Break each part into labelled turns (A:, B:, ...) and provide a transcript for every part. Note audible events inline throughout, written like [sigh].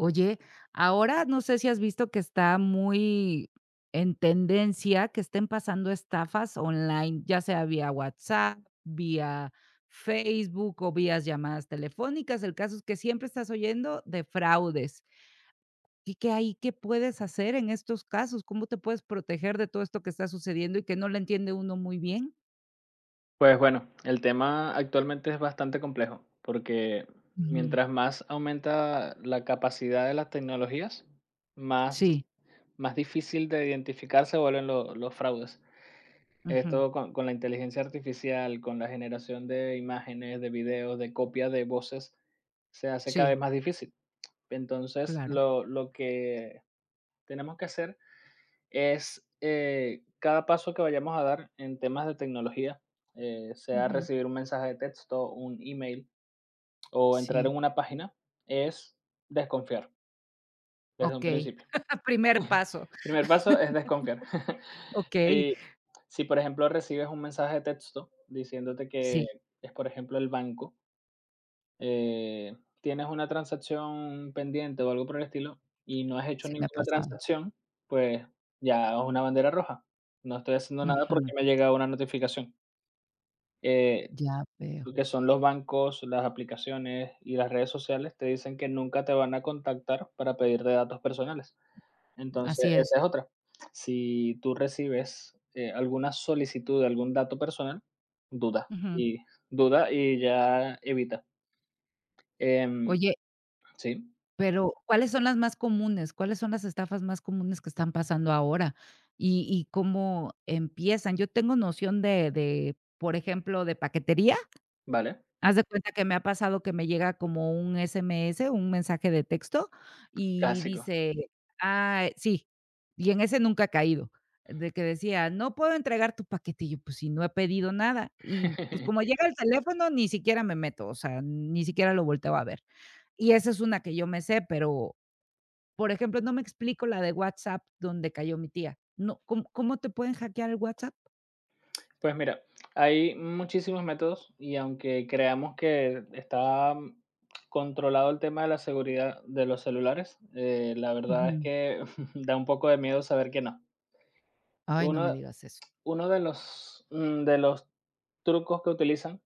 A: Oye, ahora no sé si has visto que está muy en tendencia que estén pasando estafas online, ya sea vía WhatsApp, vía Facebook o vía llamadas telefónicas. El caso es que siempre estás oyendo de fraudes. ¿Y qué hay? ¿Qué puedes hacer en estos casos? ¿Cómo te puedes proteger de todo esto que está sucediendo y que no lo entiende uno muy bien?
B: Pues bueno, el tema actualmente es bastante complejo, porque
A: Ujú.
B: mientras más aumenta la capacidad de las tecnologías, más,
A: Sí,
B: más difícil de identificar se vuelven los fraudes.
A: ujú,
B: Esto con la inteligencia artificial, con la generación de imágenes, de videos, de copias de voces, se hace cada
A: sí,
B: vez más difícil. Entonces,
A: claro.
B: lo que tenemos que hacer es cada paso que vayamos a dar en temas de tecnología, sea
A: Ujú,
B: recibir un mensaje de texto, un email o entrar
A: sí,
B: en una página, es desconfiar desde
A: ok.
B: un principio.
A: [laughs] Primer paso,
B: Primer paso es desconfiar. [laughs]
A: ok,
B: Si, si, por ejemplo, recibes un mensaje de texto diciéndote que
A: sí.
B: es, por ejemplo, el banco, tienes una transacción pendiente o algo por el estilo y no has hecho
A: Sí me ha
B: ninguna
A: pasado.
B: transacción, pues ya es una bandera roja. No estoy haciendo nada
A: Ujú,
B: porque me ha llegado una notificación. Eh,
A: ya veo.
B: lo que son los bancos, las aplicaciones y las redes sociales te dicen que nunca te van a contactar para pedirte datos personales. Entonces,
A: Así es.
B: esa es otra. Si tú recibes alguna solicitud de algún dato personal, duda
A: Ujú.
B: y duda y ya evita. Em,
A: Oye,
B: sí.
A: pero ¿cuáles son las más comunes? ¿Cuáles son las estafas más comunes que están pasando ahora? ¿Y cómo empiezan? Yo tengo noción de por ejemplo, de paquetería.
B: Vale,
A: Haz de cuenta que me ha pasado que me llega como un SMS, un mensaje de texto, y
B: clásico.
A: dice ah, sí, y en ese nunca ha caído, de que decía: "No puedo entregar tu paquete", y yo: "Pues si no he pedido nada", y pues como
B: [laughs]
A: llega el teléfono, ni siquiera me meto, o sea, ni siquiera lo volteo a ver. Y esa es una que yo me sé, pero, por ejemplo, no me explico la de WhatsApp donde cayó mi tía. No, ¿cómo te pueden hackear el WhatsApp?
B: Pues mira, hay muchísimos métodos y aunque creamos que está controlado el tema de la seguridad de los celulares, la verdad es
A: Ujú.
B: que [laughs] da un poco de miedo saber que no.
A: Ay, no me
B: Uno,
A: digas eso.
B: uno de los trucos que utilizan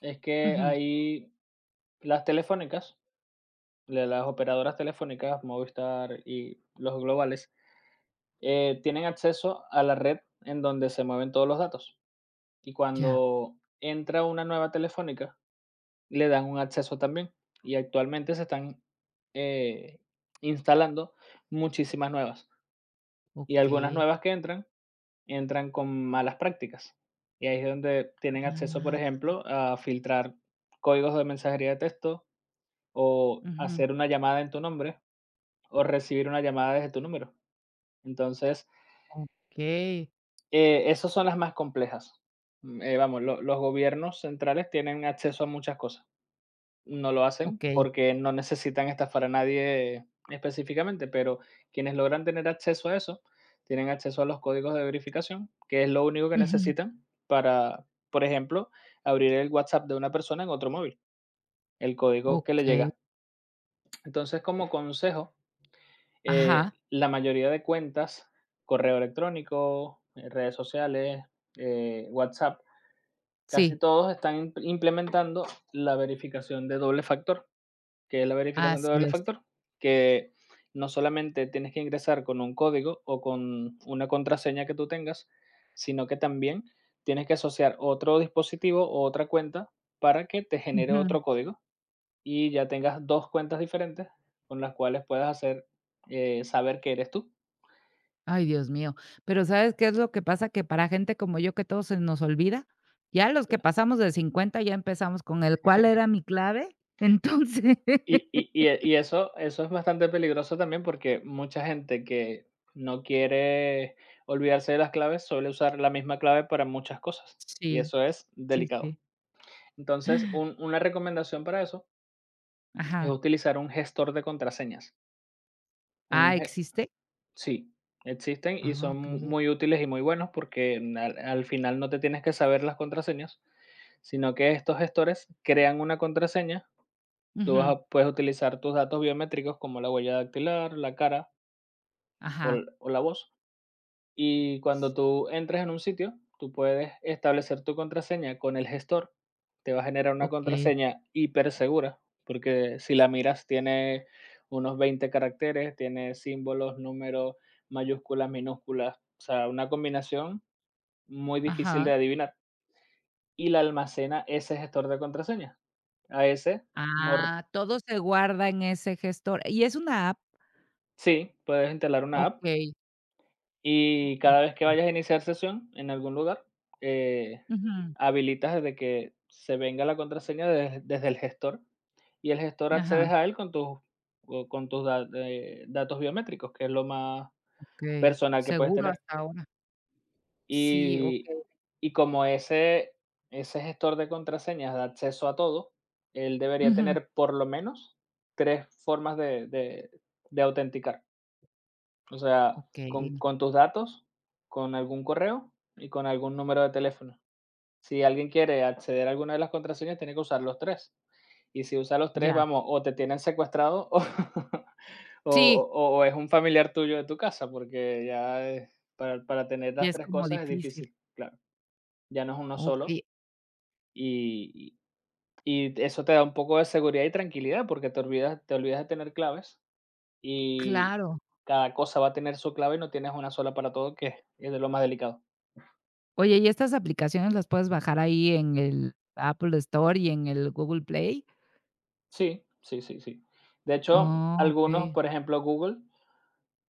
B: es que
A: Ujú.
B: hay las telefónicas, las operadoras telefónicas, Movistar y los globales, tienen acceso a la red en donde se mueven todos los datos. Y
A: Ya,
B: cuando entra una nueva telefónica, le dan un acceso también. Y actualmente se están, eh, instalando muchísimas nuevas. Y algunas
A: okey.
B: nuevas que entran con malas prácticas. Y ahí es donde tienen acceso, por
A: Ah.
B: ejemplo, a filtrar códigos de mensajería de texto, o
A: Ujú,
B: hacer una llamada en tu nombre, o recibir una llamada desde tu número. Entonces,
A: okey,
B: esas son las más complejas. Vamos, lo los gobiernos centrales tienen acceso a muchas cosas. No lo hacen
A: okey.
B: porque no necesitan estafar a nadie específicamente, pero quienes logran tener acceso a eso, tienen acceso a los códigos de verificación, que es lo único que
A: Ujú,
B: necesitan para, por ejemplo, abrir el WhatsApp de una persona en otro móvil, el código que le
A: okey.
B: llega. Entonces, como consejo,
A: Ajá,
B: la mayoría de cuentas, correo electrónico, redes sociales, WhatsApp, casi
A: sí,
B: todos están implementando la verificación de doble factor. Que es la verificación de
A: así
B: doble
A: es.
B: factor, que no solamente tienes que ingresar con un código o con una contraseña que tú tengas, sino que también tienes que asociar otro dispositivo o otra cuenta para que te genere
A: Ujú.
B: otro código y ya tengas dos cuentas diferentes con las cuales puedas hacer, saber que eres tú.
A: Ay, Dios mío. Pero ¿sabes qué es lo que pasa? Que para gente como yo, que todo se nos olvida, ya los que pasamos de 50 ya empezamos con el ¿cuál era mi clave? Entonces
B: Y
A: [laughs]
B: y y eh, y eso es bastante peligroso también, porque mucha gente que no quiere olvidarse de las claves, suele usar la misma clave para muchas cosas, y
A: Sí,
B: eso es
A: sí,
B: delicado.
A: sí.
B: Entonces, un una recomendación para eso es
A: Ajá.
B: utilizar un gestor de contraseñas.
A: Ah,
B: Un ge
A: ¿existe?
B: Sí, existen y
A: Ah,
B: son mu
A: okey.
B: muy útiles y muy buenos, porque al final no te tienes que saber las contraseñas, sino que estos gestores crean una contraseña. Tú vas
A: Ujú,
B: a puedes utilizar tus datos biométricos como la huella dactilar, la cara, o l
A: ajá.
B: o la voz. Y cuando tú entres en un sitio, tú puedes establecer tu contraseña con el gestor. Te va a generar una
A: Okey,
B: contraseña hipersegura, porque si la miras tiene unos 20 caracteres, tiene símbolos, números, mayúsculas, minúsculas, o sea, una combinación muy difícil
A: ajá.
B: de adivinar, y la almacena ese gestor de contraseña. A ese, nor
A: Ah, todo se guarda en ese gestor. ¿Y es una app?
B: Sí, puedes instalar una app.
A: Okey.
B: Y cada vez que
A: Okey.
B: vayas a iniciar sesión en algún lugar, eh,
A: Ujú.
B: habilitas desde que se venga la contraseña desde el gestor, y el gestor accedes
A: Ajá,
B: a él con tus, o con tus da datos biométricos, que es lo más
A: okey.
B: personal que puedes
A: Seguro
B: tener.
A: hasta ahora. Sí,
B: Y
A: okey.
B: y como ese gestor de contraseñas da acceso a todo, él debería
A: Ujú.
B: tener por lo menos 3 formas de autenticar. O sea,
A: Okey,
B: con tus datos, con algún correo y con algún número de teléfono. Si alguien quiere acceder a alguna de las contraseñas, tiene que usar los tres. Y si usa los tres,
A: ya.
B: vamos, o te tienen secuestrado [laughs] o,
A: Sí,
B: o es un familiar tuyo de tu casa, porque ya es- para tener
A: y
B: las
A: es
B: tres
A: como
B: cosas es
A: difícil.
B: difícil, claro. Ya no es uno solo
A: Okey,
B: y, y eso te da un poco de seguridad y tranquilidad porque te olvidas de tener claves y
A: claro.
B: cada cosa va a tener su clave y no tienes una sola para todo, que es de lo más delicado.
A: Oye, ¿y estas aplicaciones las puedes bajar ahí en el Apple Store y en el Google Play?
B: Sí, sí, sí, sí. De hecho,
A: Ah,
B: algunos,
A: okey.
B: por ejemplo, Google,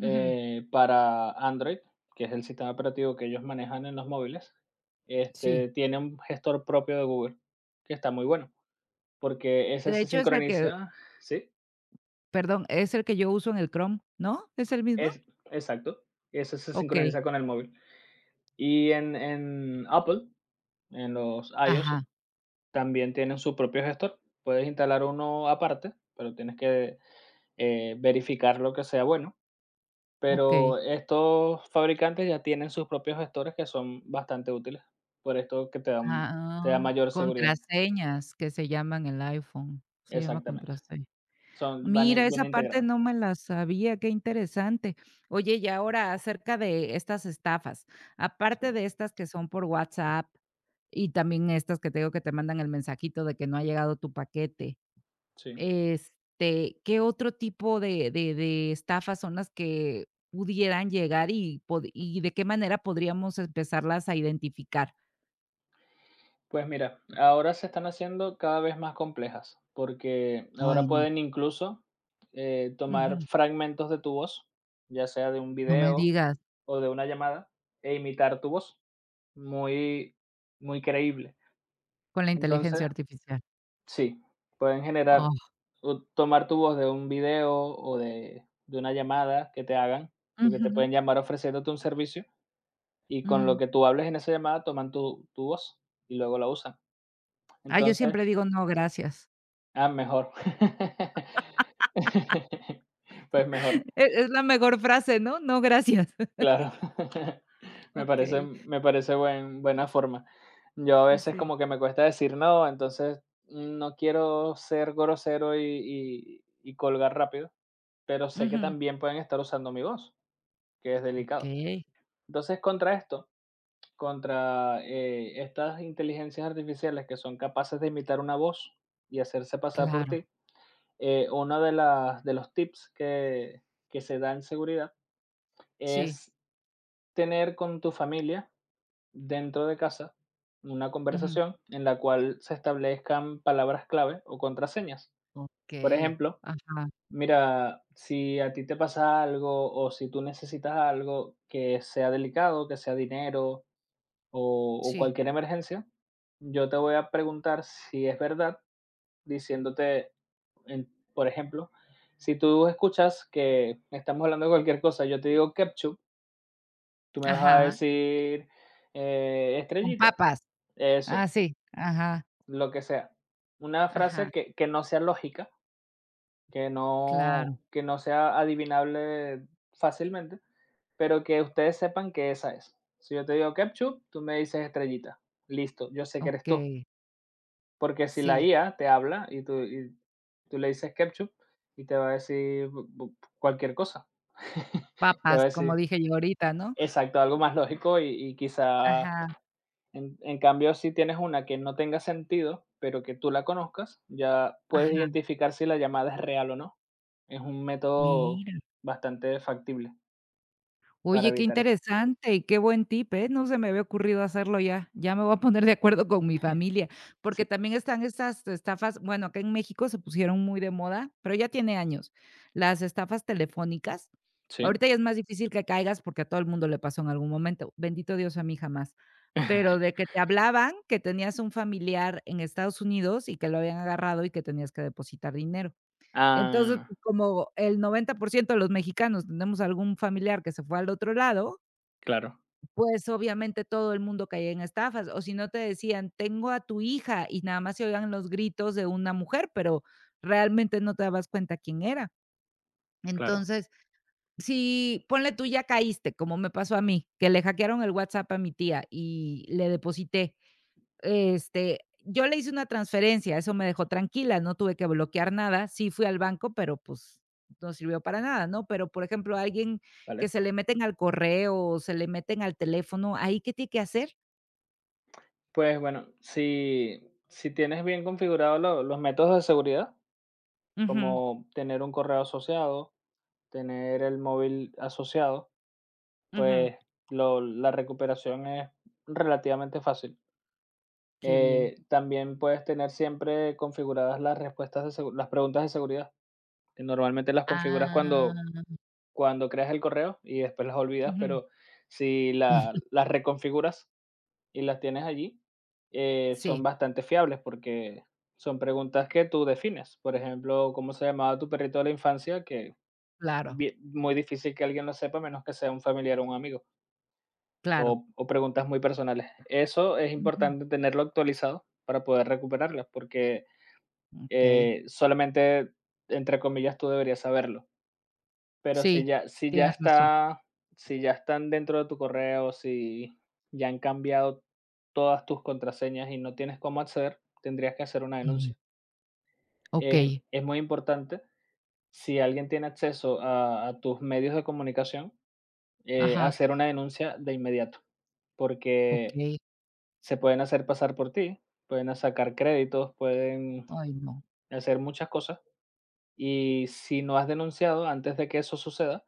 A: Ujú.
B: para Android, que es el sistema operativo que ellos manejan en los móviles,
A: Sí.
B: este, tiene un gestor propio de Google, que está muy bueno, porque ese
A: De
B: se
A: hecho, es el que
B: sincroniza, sí,
A: perdón, es el que yo uso en el Chrome, ¿no? ¿Es el mismo?
B: es exacto, ese se
A: Okey.
B: sincroniza con el móvil. Y en Apple, en los iOS,
A: Ajá,
B: también tienen su propio gestor. Puedes instalar uno aparte, pero tienes que, verificar lo que sea bueno. Pero
A: okey.
B: estos fabricantes ya tienen sus propios gestores que son bastante útiles, por esto que te da
A: Ah,
B: mayor seguridad.
A: contraseñas que se llaman el iPhone, se llama
B: Exactamente.
A: contraseña.
B: Son van
A: Mira,
B: in
A: esa
B: vienen
A: parte
B: integrados.
A: no me la sabía, qué interesante. Oye, y ahora acerca de estas estafas, aparte
B: Sí,
A: de estas que son por WhatsApp y también estas que te digo que te mandan el mensajito de que no ha llegado tu paquete,
B: sí.
A: este, ¿qué otro tipo de estafas son las que pudieran llegar y de qué manera podríamos empezarlas a identificar?
B: Pues mira, ahora se están haciendo cada vez más complejas, porque
A: Ay,
B: ahora
A: no.
B: pueden incluso, tomar fragmentos de tu voz, ya sea de un
A: No me
B: video
A: digas,
B: o de una llamada e imitar tu voz, muy, muy creíble.
A: con la
B: Entonces,
A: inteligencia artificial.
B: sí, pueden generar
A: Oh,
B: o tomar tu voz de un video o de una llamada que te hagan, porque
A: ujú,
B: te pueden llamar ofreciéndote un servicio y con lo
A: ujú.
B: que tú hables en esa llamada toman tu, tu voz y luego la usan.
A: Ah, yo
B: Entonces,
A: siempre digo: "No, gracias".
B: ah, mejor. [laughs] Pues mejor.
A: [laughs] Es la mejor frase, ¿no? "No, gracias". [laughs]
B: Claro. [laughs] me parece
A: Okey,
B: me parece buena forma. Yo a veces
A: sí.
B: como que me cuesta decir no, entonces no quiero ser grosero y colgar rápido, pero sé que
A: Ujú.
B: también pueden estar usando mi voz, que es delicado.
A: Okey,
B: Entonces, contra esto, estas inteligencias artificiales que son capaces de imitar una voz y hacerse pasar por
A: claro.
B: ti, uno de los tips que se da en seguridad
A: Sí,
B: es tener con tu familia dentro de casa una
A: ujú.
B: conversación en la cual se establezcan palabras clave o contraseñas. Por
A: Okey,
B: ejemplo,
A: ajá,
B: mira, si a ti te pasa algo o si tú necesitas algo que sea delicado, que sea dinero o
A: sí,
B: cualquier emergencia, yo te voy a preguntar si es verdad, diciéndote, por ejemplo, si tú escuchas que estamos hablando de cualquier cosa, yo te digo ketchup, tú me vas a
A: ajá,
B: decir,
A: con
B: estrellita.
A: papas. Ah,
B: Eso.
A: sí, ajá,
B: Lo que sea. Una
A: ajá,
B: frase que no sea lógica,
A: claro,
B: que no sea adivinable fácilmente, pero que ustedes sepan que esa es. Si yo te digo ketchup, tú me dices estrellita. Listo, yo sé que eres tú.
A: okey,
B: Porque si la
A: sí,
B: IA te habla y tú le dices ketchup y te va a decir cualquier cosa. [laughs] Te va
A: papas,
B: a
A: como
B: decir,
A: dije yo ahorita, ¿no?
B: exacto, algo más lógico y, quizá.
A: Ajá,
B: En cambio, si tienes una que no tenga sentido, pero que tú la conozcas, ya puedes
A: ajá.
B: identificar si la llamada es real o no. Es un método
A: Mira.
B: bastante factible para
A: Oye, qué
B: evitar esto.
A: interesante y qué buen tip, ¿eh? No se me había ocurrido hacerlo ya. Ya me voy a poner de acuerdo con mi familia,
B: Sí,
A: porque también están estas estafas, bueno, acá en México se pusieron muy de moda, pero ya tiene años, las estafas telefónicas.
B: sí.
A: Ahorita ya es más difícil que caigas porque a todo el mundo le pasó en algún momento, bendito Dios, a mí jamás. Pero
B: [laughs]
A: de que te hablaban que tenías un familiar en Estados Unidos y que lo habían agarrado y que tenías que depositar dinero. Entonces,
B: Ah,
A: pues, como el 90% de los mexicanos tenemos algún familiar que se fue al otro lado,
B: claro,
A: pues obviamente todo el mundo caía en estafas, o si no te decían: "Tengo a tu hija", y nada más se oían los gritos de una mujer, pero realmente no te dabas cuenta quién era.
B: claro,
A: Entonces, si ponle tú ya caíste, como me pasó a mí, que le hackearon el WhatsApp a mi tía y le deposité este, yo le hice una transferencia, eso me dejó tranquila, no tuve que bloquear nada. Sí fui al banco, pero pues no sirvió para nada, ¿no? Pero, por ejemplo, alguien que
B: vale.
A: se le meten al correo o se le meten al teléfono, ¿ahí qué tiene que hacer?
B: Pues bueno, si tienes bien configurados los métodos de seguridad,
A: Ujú,
B: como tener un correo asociado, tener el móvil asociado,
A: ujú.
B: pues lo- la recuperación es relativamente fácil.
A: Qué bien.
B: También puedes tener siempre configuradas las respuestas de segu las preguntas de seguridad, que normalmente las configuras cuando
A: Ah.
B: cuando creas el correo y después las olvidas,
A: Ujú.
B: pero si la
A: [laughs]
B: las reconfiguras y las tienes allí, son
A: Sí,
B: bastante fiables porque son preguntas que tú defines. Por ejemplo, ¿cómo se llamaba tu perrito de la infancia? Que
A: claro,
B: bie muy difícil que alguien lo sepa, a menos que sea un familiar o un amigo,
A: claro.
B: o preguntas muy personales. Eso es
A: Ujú.
B: importante tenerlo actualizado para poder recuperarlas, porque,
A: Okey.
B: Solamente, entre comillas, tú deberías saberlo. Pero si
A: Sí,
B: ya si ya
A: tienes razón.
B: está si ya están dentro de tu correo, si ya han cambiado todas tus contraseñas y no tienes cómo acceder, tendrías que hacer una
A: Ujú.
B: denuncia.
A: Okey.
B: Es muy importante, si alguien tiene acceso a tus medios de comunicación,
A: Ajá.
B: hacer una denuncia de inmediato, porque
A: Okey.
B: se pueden hacer pasar por ti, pueden sacar créditos, pueden
A: Ay, no.
B: hacer muchas cosas y si no has denunciado antes de que eso suceda,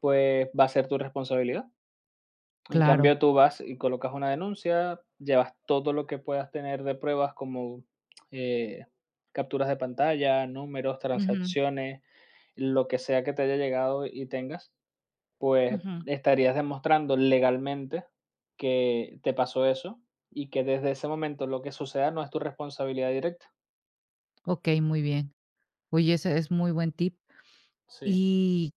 B: pues va a ser tu responsabilidad. En cambio,
A: Claro.
B: tú vas y colocas una denuncia, llevas todo lo que puedas tener de pruebas como, eh, capturas de pantalla, números,
A: Ujú,
B: transacciones, lo que sea que te haya llegado y tengas, pues
A: ujú.
B: estarías demostrando legalmente que te pasó eso y que desde ese momento lo que suceda no es tu responsabilidad directa.
A: Okey, muy bien. Oye, ese es muy buen tip.
B: Sí,
A: ¿Y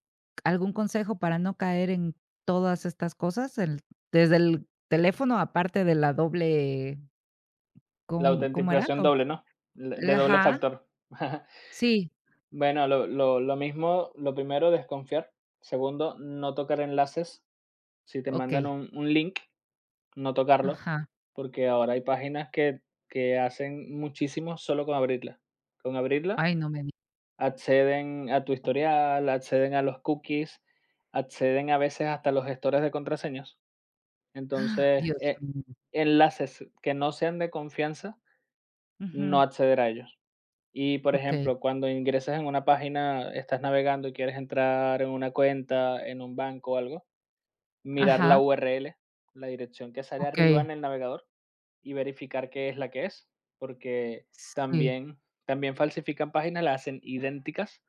A: algún consejo para no caer en todas estas cosas? El desde el teléfono, aparte de la doble,
B: la
A: ¿cómo era?
B: autentificación
A: Do
B: doble, ¿no? De doble
A: Ajá,
B: factor. [laughs]
A: sí,
B: Bueno, lo mismo, lo primero, desconfiar. Segundo, no tocar enlaces. Si te mandan
A: okey,
B: un link, no tocarlo,
A: ajá.
B: porque ahora hay páginas que hacen muchísimo solo con abrirla. Con abrirla,
A: Ay, no me digas,
B: acceden a tu historial, acceden a los cookies, acceden a veces hasta los gestores de contraseñas. Entonces,
A: Dios mío.
B: enlaces que no sean de confianza, no
A: Ujú,
B: acceder a ellos. Y, por
A: okey,
B: ejemplo, cuando ingresas en una página, estás navegando y quieres entrar en una cuenta, en un banco o algo, mirar la
A: ajá,
B: URL, la dirección que sale arriba
A: okey,
B: en el navegador y verificar qué es la que es, porque
A: sí,
B: también también falsifican páginas, las hacen idénticas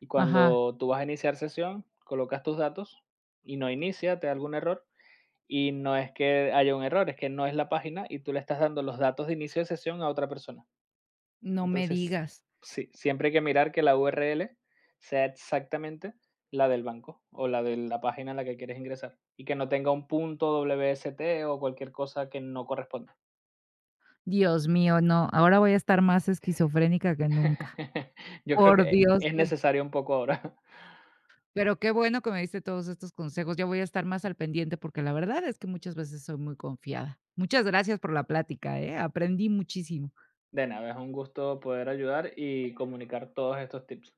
B: y
A: ajá.
B: cuando tú vas a iniciar sesión, colocas tus datos y no inicia, te da algún error y no es que haya un error, es que no es la página y tú le estás dando los datos de inicio de sesión a otra persona.
A: No me
B: Entonces,
A: digas.
B: sí, siempre hay que mirar que la URL sea exactamente la del banco o la de la página a la que quieres ingresar y que no tenga un punto WST o cualquier cosa que no corresponda.
A: Dios mío, no, ahora voy a estar más esquizofrénica que nunca.
B: [laughs] Yo creo
A: Por
B: que
A: Dios,
B: es necesario un poco ahora.
A: pero qué bueno que me diste todos estos consejos. Ya voy a estar más al pendiente porque la verdad es que muchas veces soy muy confiada. Muchas gracias por la plática, ¿eh? Aprendí muchísimo.
B: De nada, es un gusto poder ayudar y comunicar todos estos tips.